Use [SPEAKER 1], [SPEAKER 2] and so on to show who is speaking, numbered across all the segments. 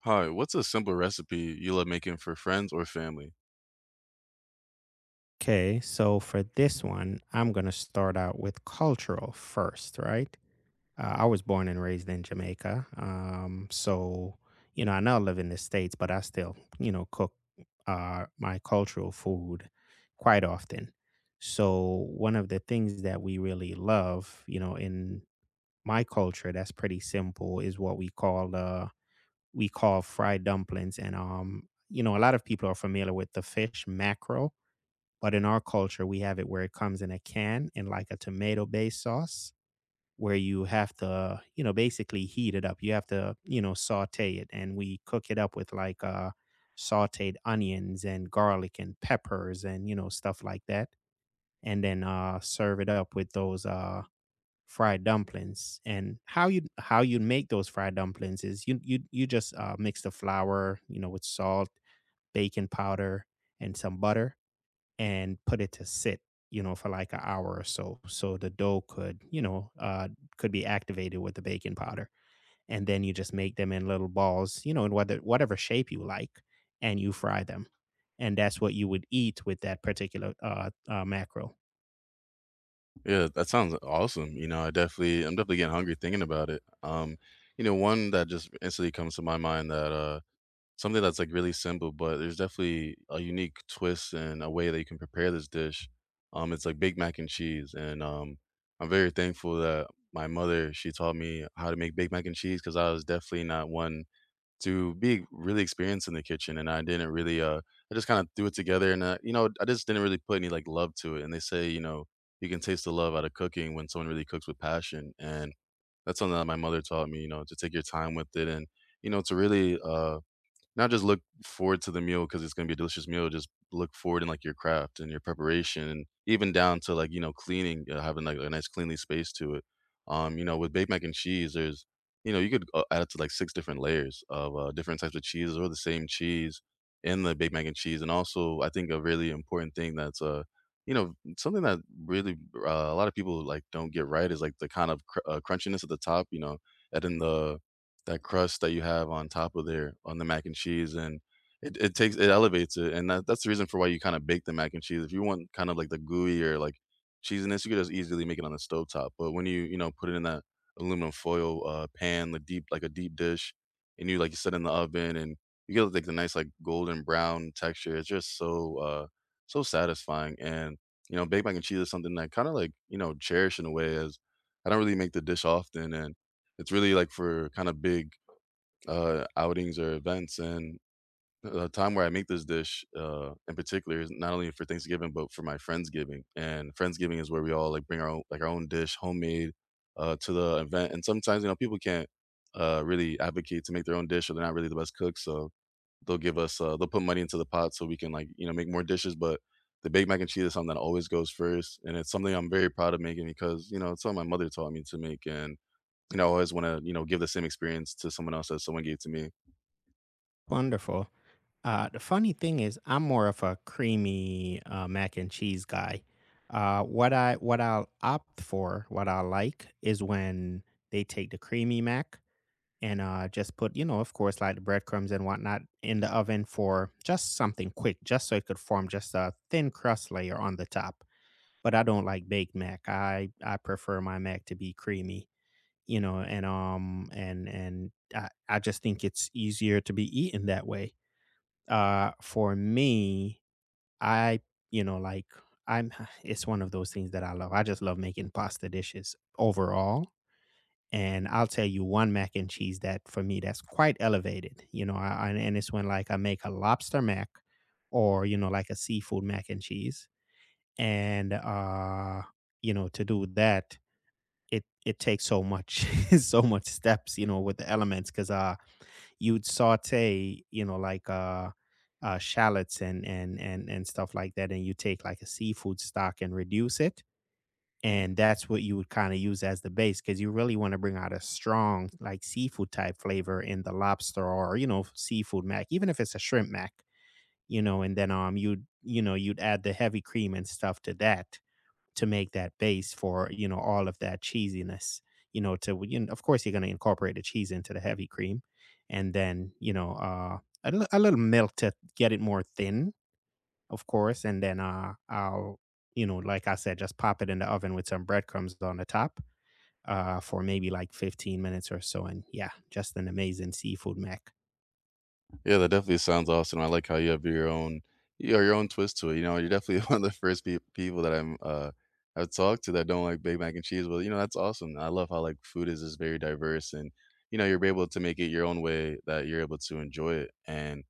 [SPEAKER 1] Hi, what's a simple recipe you love making for friends or family?
[SPEAKER 2] Okay, so for this one, I'm going to start out with cultural first, right? I was born and raised in Jamaica. I now live in the States, but I still, you know, cook my cultural food quite often. So, one of the things that we really love, you know, in my culture, that's pretty simple, is what we call fried dumplings, and you know, a lot of people are familiar with the fish mackerel, but in our culture, we have it where it comes in a can in like a tomato based sauce where you have to, you know, basically heat it up. You have to, you know, saute it. And we cook it up with like sauteed onions and garlic and peppers and, you know, stuff like that. And then serve it up with those fried dumplings. And how you make those fried dumplings is you just mix the flour, you know, with salt, baking powder, and some butter and put it to sit, you know, for like an hour or so, so the dough could, you know, could be activated with the baking powder. And then you just make them in little balls, you know, in whether whatever shape you like, and you fry them. And that's what you would eat with that particular mackerel.
[SPEAKER 1] Yeah, that sounds awesome. You know, I'm definitely getting hungry thinking about it. You know, one that just instantly comes to my mind, that something that's like really simple, but there's definitely a unique twist and a way that you can prepare this dish. It's like Big Mac and cheese, and I'm very thankful that my mother, she taught me how to make Big Mac and cheese, because I was definitely not one to be really experienced in the kitchen, and I didn't really I just kind of threw it together. And you know, I just didn't really put any like love to it. And they say, you know, you can taste the love out of cooking when someone really cooks with passion, and that's something that my mother taught me, you know, to take your time with it and you know, to really not just look forward to the meal because it's gonna be a delicious meal, just look forward in, like, your craft and your preparation, and even down to, like, you know, cleaning, having, like, a nice cleanly space to it. You know, with baked mac and cheese, there's you know, you could, add up to, like, 6 different layers of, different types of cheeses, or the same cheese in the baked mac and cheese. And also, I think a really important thing that's, you know, something that really, a lot of people, like, don't get right is, like, the kind of cr crunchiness at the top, you know, and then the that crust that you have on top of there on the mac and cheese, and it takes it elevates it, and that's the reason for why you kinda bake the mac and cheese. If you want kind of like the gooey or like cheesiness, you could just easily make it on the stove top. But when you know, put it in that aluminum foil, pan, the deep, like a deep dish, and you, like, you set it in the oven, and you get, like, the nice, like, golden brown texture, it's just so, so satisfying. And, you know, baked mac and cheese is something that kinda, like, you know, cherish in a way, as I don't really make the dish often, and it's really, like, for kinda big outings or events. And the time where I make this dish, in particular, is not only for Thanksgiving but for my friendsgiving. And friendsgiving is where we all like bring our own, like our own dish, homemade, to the event. And sometimes, you know, people can't really advocate to make their own dish, or they're not really the best cooks, so they'll give us they'll put money into the pot so we can, like, you know, make more dishes. But the baked mac and cheese is something that always goes first, and it's something I'm very proud of making, because you know it's something my mother taught me to make. And you know, I always want to, you know, give the same experience to someone else that someone gave to me.
[SPEAKER 2] Wonderful. The funny thing is, I'm more of a creamy mac and cheese guy. What I'll opt for, what I like, is when they take the creamy mac and just put, you know, of course, like the breadcrumbs and whatnot in the oven for just something quick, just so it could form just a thin crust layer on the top. But I don't like baked mac. I prefer my mac to be creamy, you know, and and I just think it's easier to be eaten that way. For me, I, you know, like I'm. It's one of those things that I love. I just love making pasta dishes overall, and I'll tell you one mac and cheese that for me that's quite elevated. You know, and it's when like I make a lobster mac, or you know, like a seafood mac and cheese, and you know, to do that, it takes so much, so much steps, you know, with the elements, because you'd saute, you know, like shallots and stuff like that, and you take like a seafood stock and reduce it, and that's what you would kind of use as the base, because you really want to bring out a strong like seafood type flavor in the lobster, or you know, seafood mac, even if it's a shrimp mac. You know, and then you'd, you know, you'd add the heavy cream and stuff to that to make that base for, you know, all of that cheesiness. You know, to, you know, of course you're going to incorporate the cheese into the heavy cream, and then, you know, a little milk to get it more thin, of course, and then I'll, you know, like I said, just pop it in the oven with some breadcrumbs on the top for maybe like 15 minutes or so. And yeah, just an amazing seafood mac.
[SPEAKER 1] Yeah, that definitely sounds awesome. I like how you have your own, your own twist to it. You know, you're definitely one of the first people that I'm I've talked to that don't like Big Mac and cheese, but you know, that's awesome. I love how, like, food is just very diverse, and you know, you're able to make it your own way that you're able to enjoy it. And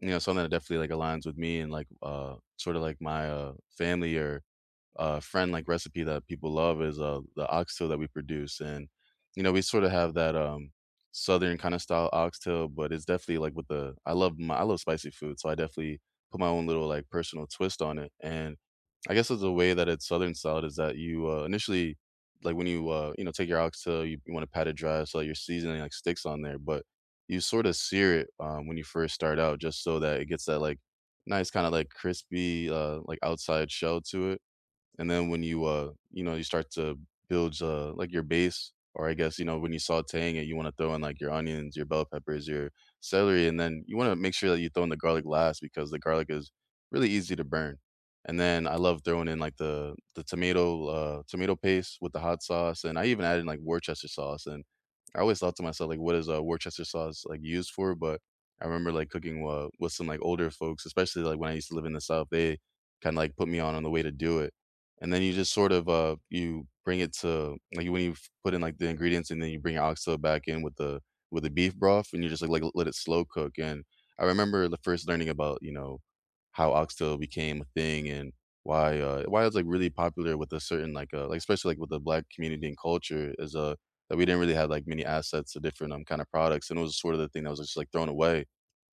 [SPEAKER 1] you know, something that definitely like aligns with me and like sort of like my family, or friend like recipe that people love is the oxtail that we produce. And you know, we sort of have that southern kind of style oxtail, but it's definitely like with the, I love my, I love spicy food, so I definitely put my own little like personal twist on it. And I guess it's the way that it's southern style is that you initially, like when you you know, take your oxtail, you want to pat it dry, so like, your seasoning like sticks on there. But you sort of sear it, when you first start out, just so that it gets that like nice kind of like crispy like outside shell to it. And then when you, you know, you start to build, like your base, or I guess, you know, when you sauteing it, you want to throw in like your onions, your bell peppers, your celery, and then you want to make sure that you throw in the garlic last, because the garlic is really easy to burn. And then I love throwing in like the tomato tomato paste with the hot sauce, and I even added like Worcester sauce. And I always thought to myself, like, what is Worcester sauce like used for? But I remember like cooking with some like older folks, especially like when I used to live in the South. They kind of like put me on the way to do it. And then you just sort of, you bring it to like, when you've put in, like, the ingredients, and then you bring oxtail back in with the beef broth, and you just, like let it slow cook. And I remember the first learning about, you know, how oxtail became a thing, and why it's, like, really popular with a certain, like, especially, like, with the Black community and culture, is, that we didn't really have, like, many assets to different, kind of products, and it was sort of the thing that was just, like, thrown away.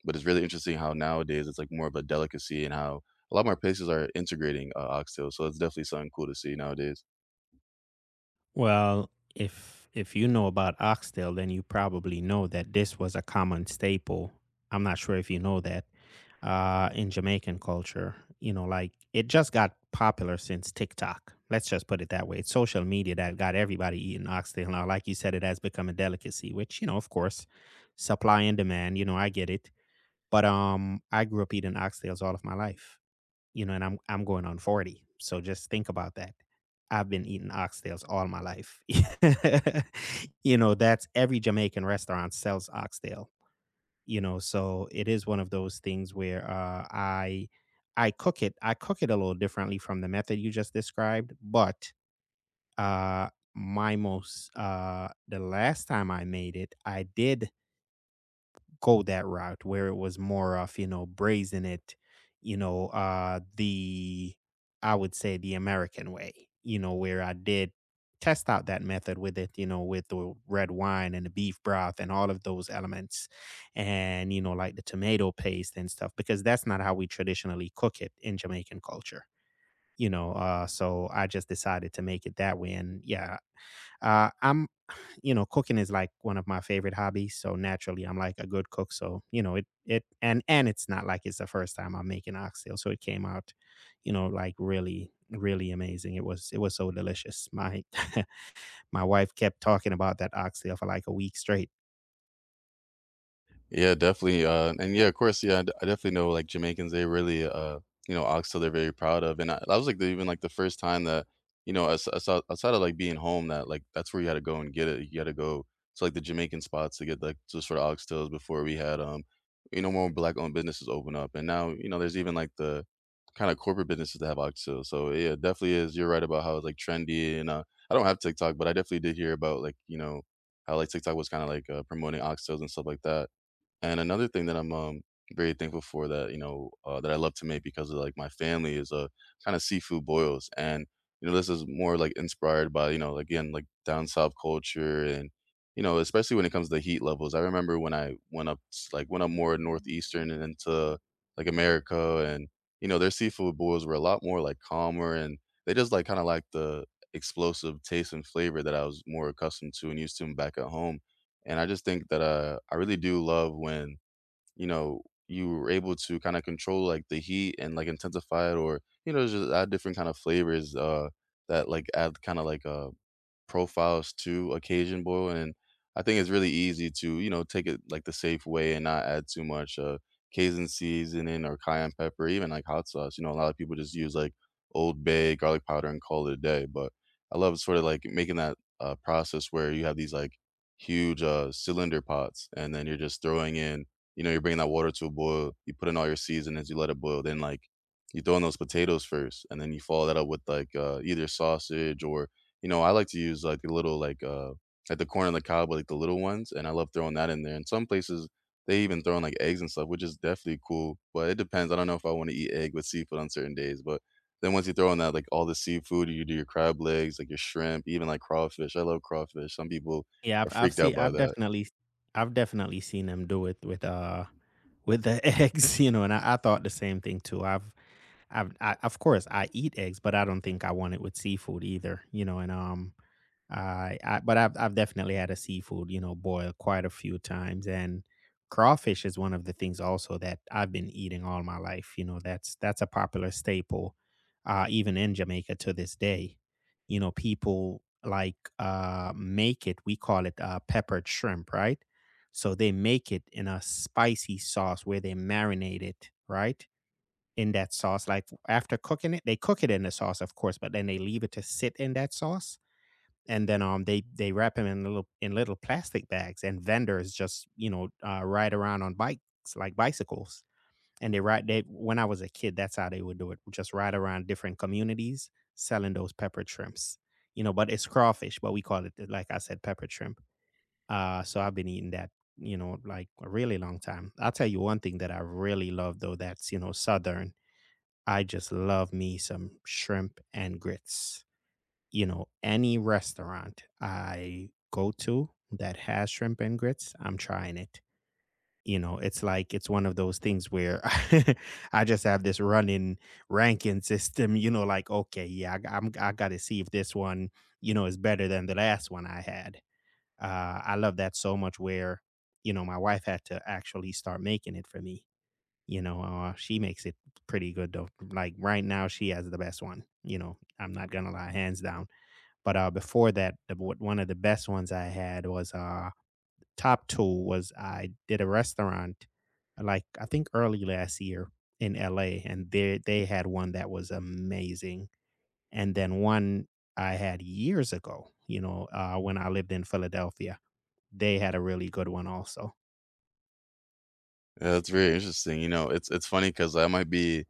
[SPEAKER 1] But it's really interesting how nowadays it's, like, more of a delicacy, and how a lot more places are integrating oxtail. So it's definitely something cool to see nowadays.
[SPEAKER 2] Well, if you know about oxtail, then you probably know that this was a common staple. I'm not sure if you know that in Jamaican culture. You know, like it just got popular since TikTok. Let's just put it that way. It's social media that got everybody eating oxtail now. Like you said, it has become a delicacy, which, you know, of course, supply and demand. You know, I get it. But I grew up eating oxtails all of my life, you know, and I'm going on 40. So just think about that. I've been eating oxtails all my life. You know, that's every Jamaican restaurant sells oxtail, you know, so it is one of those things where I cook it. I cook it a little differently from the method you just described, but uh my most the last time I made it, I did go that route where it was more of, you know, brazen it, you know, I would say the American way, you know, where I did test out that method with it, you know, with the red wine and the beef broth and all of those elements and, you know, like the tomato paste and stuff, because that's not how we traditionally cook it in Jamaican culture. You know, so I just decided to make it that way, and yeah, I'm you know, cooking is like one of my favorite hobbies. So naturally, I'm like a good cook. So you know, it and it's not like it's the first time I'm making oxtail. So it came out, you know, like really amazing. It was so delicious. My my wife kept talking about that oxtail for like a week straight.
[SPEAKER 1] Yeah, definitely. And yeah, of course, yeah, I definitely know like Jamaicans, they really, you know, oxtail they're very proud of. And I, that was like the, even like the first time that, you know, as, outside of like being home, that like that's where you had to go and get it. You had to go to like the Jamaican spots to get, like just for the oxtails, before we had, you know, more Black owned businesses open up. And now, you know, there's even like the kind of corporate businesses that have oxtails. So yeah, it definitely is. You're right about how it's like trendy. And I don't have TikTok, but I definitely did hear about, like, you know, how like TikTok was kind of like promoting oxtails and stuff like that. And another thing that I'm, very thankful for that, you know, that I love to make because of, like, my family, is, kinda seafood boils. And, you know, this is more, like, inspired by, you know, again, like, down south culture, and, you know, especially when it comes to heat levels. I remember when I went up s like, went up more northeastern and into, like, America, and, you know, their seafood boils were a lot more, like, calmer, and they just, like, kinda like the explosive taste and flavor that I was more accustomed to and used to back at home. And I just think that, I really do love when you know, you were able to kind of control like the heat and like intensify it, or you know, just add different kind of flavors, that like add kind of like profiles to occasion boil. And I think it's really easy to, you know, take it like the safe way and not add too much, Cajun seasoning or cayenne pepper, even like hot sauce. You know, a lot of people just use like Old Bay, garlic powder, and call it a day. But I love sort of like making that process where you have these like huge cylinder pots, and then you're just throwing in, you know, you're bringing that water to a boil, you put in all your seasonings, you let it boil, then like you throw in those potatoes first, and then you follow that up with like either sausage, or you know, I like to use like the little like at the corner of the cob, like the little ones, and I love throwing that in there. And some places they even throw in like eggs and stuff, which is definitely cool. But it depends. I don't know if I want to eat egg with seafood on certain days. But then once you throw in that, like, all the seafood, you do your crab legs, like your shrimp, even like crawfish. I love crawfish. Some people
[SPEAKER 2] Yeah, I've
[SPEAKER 1] are
[SPEAKER 2] I've
[SPEAKER 1] freaked out
[SPEAKER 2] seen
[SPEAKER 1] by
[SPEAKER 2] I've
[SPEAKER 1] that.
[SPEAKER 2] definitely I've definitely seen them do it with the eggs, you know, and I thought the same thing too. Of course I eat eggs, but I don't think I want it with seafood either, you know, and I but I've definitely had a seafood, you know, boil quite a few times, and crawfish is one of the things also that I've been eating all my life. You know, that's a popular staple, even in Jamaica to this day. You know, people like make it. We call it peppered shrimp, right? So they make it in a spicy sauce where they marinate it, right? In that sauce, like after cooking it, they cook it in the sauce, of course, but then they leave it to sit in that sauce, and then they wrap him in little plastic bags, and vendors just, you know, ride around on bikes, like bicycles, and they ride they when I was a kid, that's how they would do it, just ride around different communities selling those pepper shrimps, you know. But it's crawfish, but we call it, like I said, pepper shrimp. Uh so I've been eating that, you know, like a really long time. I'll tell you one thing that I really love though, that's, you know, southern. I just love me some shrimp and grits. You know, any restaurant I go to that has shrimp and grits, I'm trying it. You know, it's like it's one of those things where I just have this running ranking system, you know, like, okay, yeah, I got to see if this one, you know, is better than the last one I had. I love that so much where, you know, my wife had to actually start making it for me. You know, she makes it pretty good though. Like right now, she has the best one. You know, I'm not going to lie, hands down. But, before that, the w one of the best ones I had was, top two was I did a restaurant, like, I think early last year in LA, and they had one that was amazing. And then one I had years ago, you know, when I lived in Philadelphia, they had a really good one also.
[SPEAKER 1] Yeah, that's very interesting. You know, it's funny because I might be,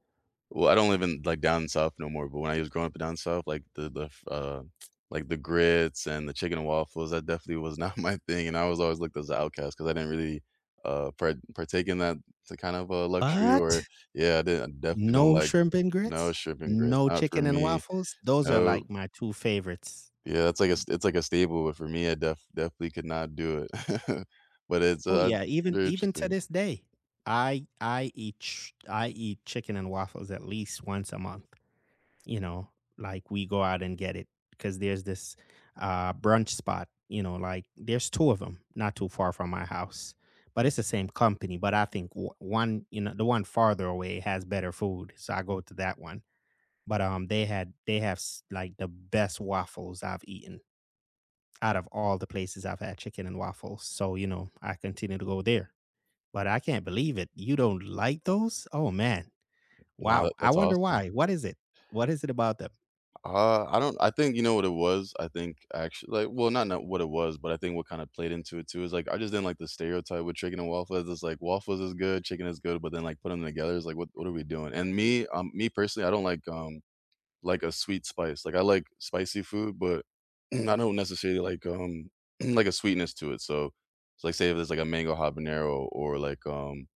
[SPEAKER 1] well, I don't live in like down south no more, but when I was growing up down south, like the f like the grits and the chicken and waffles, that definitely was not my thing. And I was always looked as an outcast because I didn't really, partake in that to kind of a luxury. Or
[SPEAKER 2] But
[SPEAKER 1] yeah, I didn't, I definitely don't
[SPEAKER 2] no
[SPEAKER 1] like
[SPEAKER 2] shrimp and
[SPEAKER 1] no
[SPEAKER 2] grits,
[SPEAKER 1] shrimp and grits,
[SPEAKER 2] no
[SPEAKER 1] not for
[SPEAKER 2] chicken and
[SPEAKER 1] me.
[SPEAKER 2] waffles, those are,
[SPEAKER 1] No.
[SPEAKER 2] like, my two favorites.
[SPEAKER 1] Yeah, that's like it's like a staple, but for me, I definitely could not do it. But it's,
[SPEAKER 2] Oh yeah, even
[SPEAKER 1] very
[SPEAKER 2] even to
[SPEAKER 1] interesting.
[SPEAKER 2] this day, I eat chicken and waffles at least once a month, you know, like, we go out and get it because there's this, brunch spot, you know, like, there's two of them not too far from my house, but it's the same company, but I think one, you know, the one farther away has better food, so I go to that one, but, they have s like, the best waffles I've eaten out of all the places I've had chicken and waffles, so, you know, I continue to go there. But I can't believe it. You don't like those? Oh, man.
[SPEAKER 1] No, that
[SPEAKER 2] Wow. I
[SPEAKER 1] that's
[SPEAKER 2] wonder
[SPEAKER 1] awesome.
[SPEAKER 2] why. What is it? What is it about them?
[SPEAKER 1] I don't, I think, you know what it was? I think actually, like, well, not what it was, but I think what kinda played into it too is, like, I just didn't like the stereotype with chicken and waffles. It's like waffles is good, chicken is good, but then, like, put them together, is like, what are we doing?" And me, me personally, I don't like a sweet spice. Like, I like spicy food, but I don't necessarily like, like a sweetness to it. So, it's like, say if it's like a mango habanero,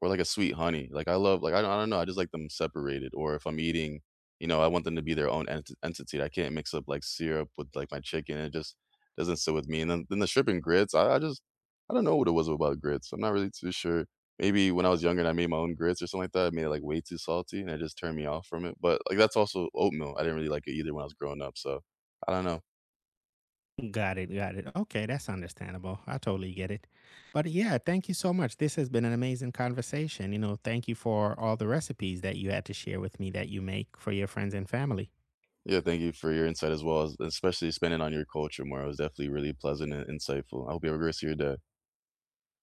[SPEAKER 1] or like a sweet honey, like, I love, like, I don't, I don't know, I just like them separated. Or if I'm eating, you know, I want them to be their own entity. I can't mix up, like, syrup with, like, my chicken, it just doesn't sit with me. And then the shrimp and grits, I just, I don't know what it was about grits, I'm not really too sure. Maybe when I was younger and I made my own grits or something like that, I made it, like, way too salty, and it just turned me off from it. But, like, that's also oatmeal, I didn't really like it either when I was growing up, so I don't know.
[SPEAKER 2] Got it. Got it. Okay. That's understandable. I totally get it. But yeah, thank you so much. This has been an amazing conversation. You know, thank you for all the recipes that you had to share with me that you make for your friends and family.
[SPEAKER 1] Yeah, thank you for your insight as well, as especially spending on your culture more, it was definitely really pleasant and insightful. I hope you have a great rest of your day.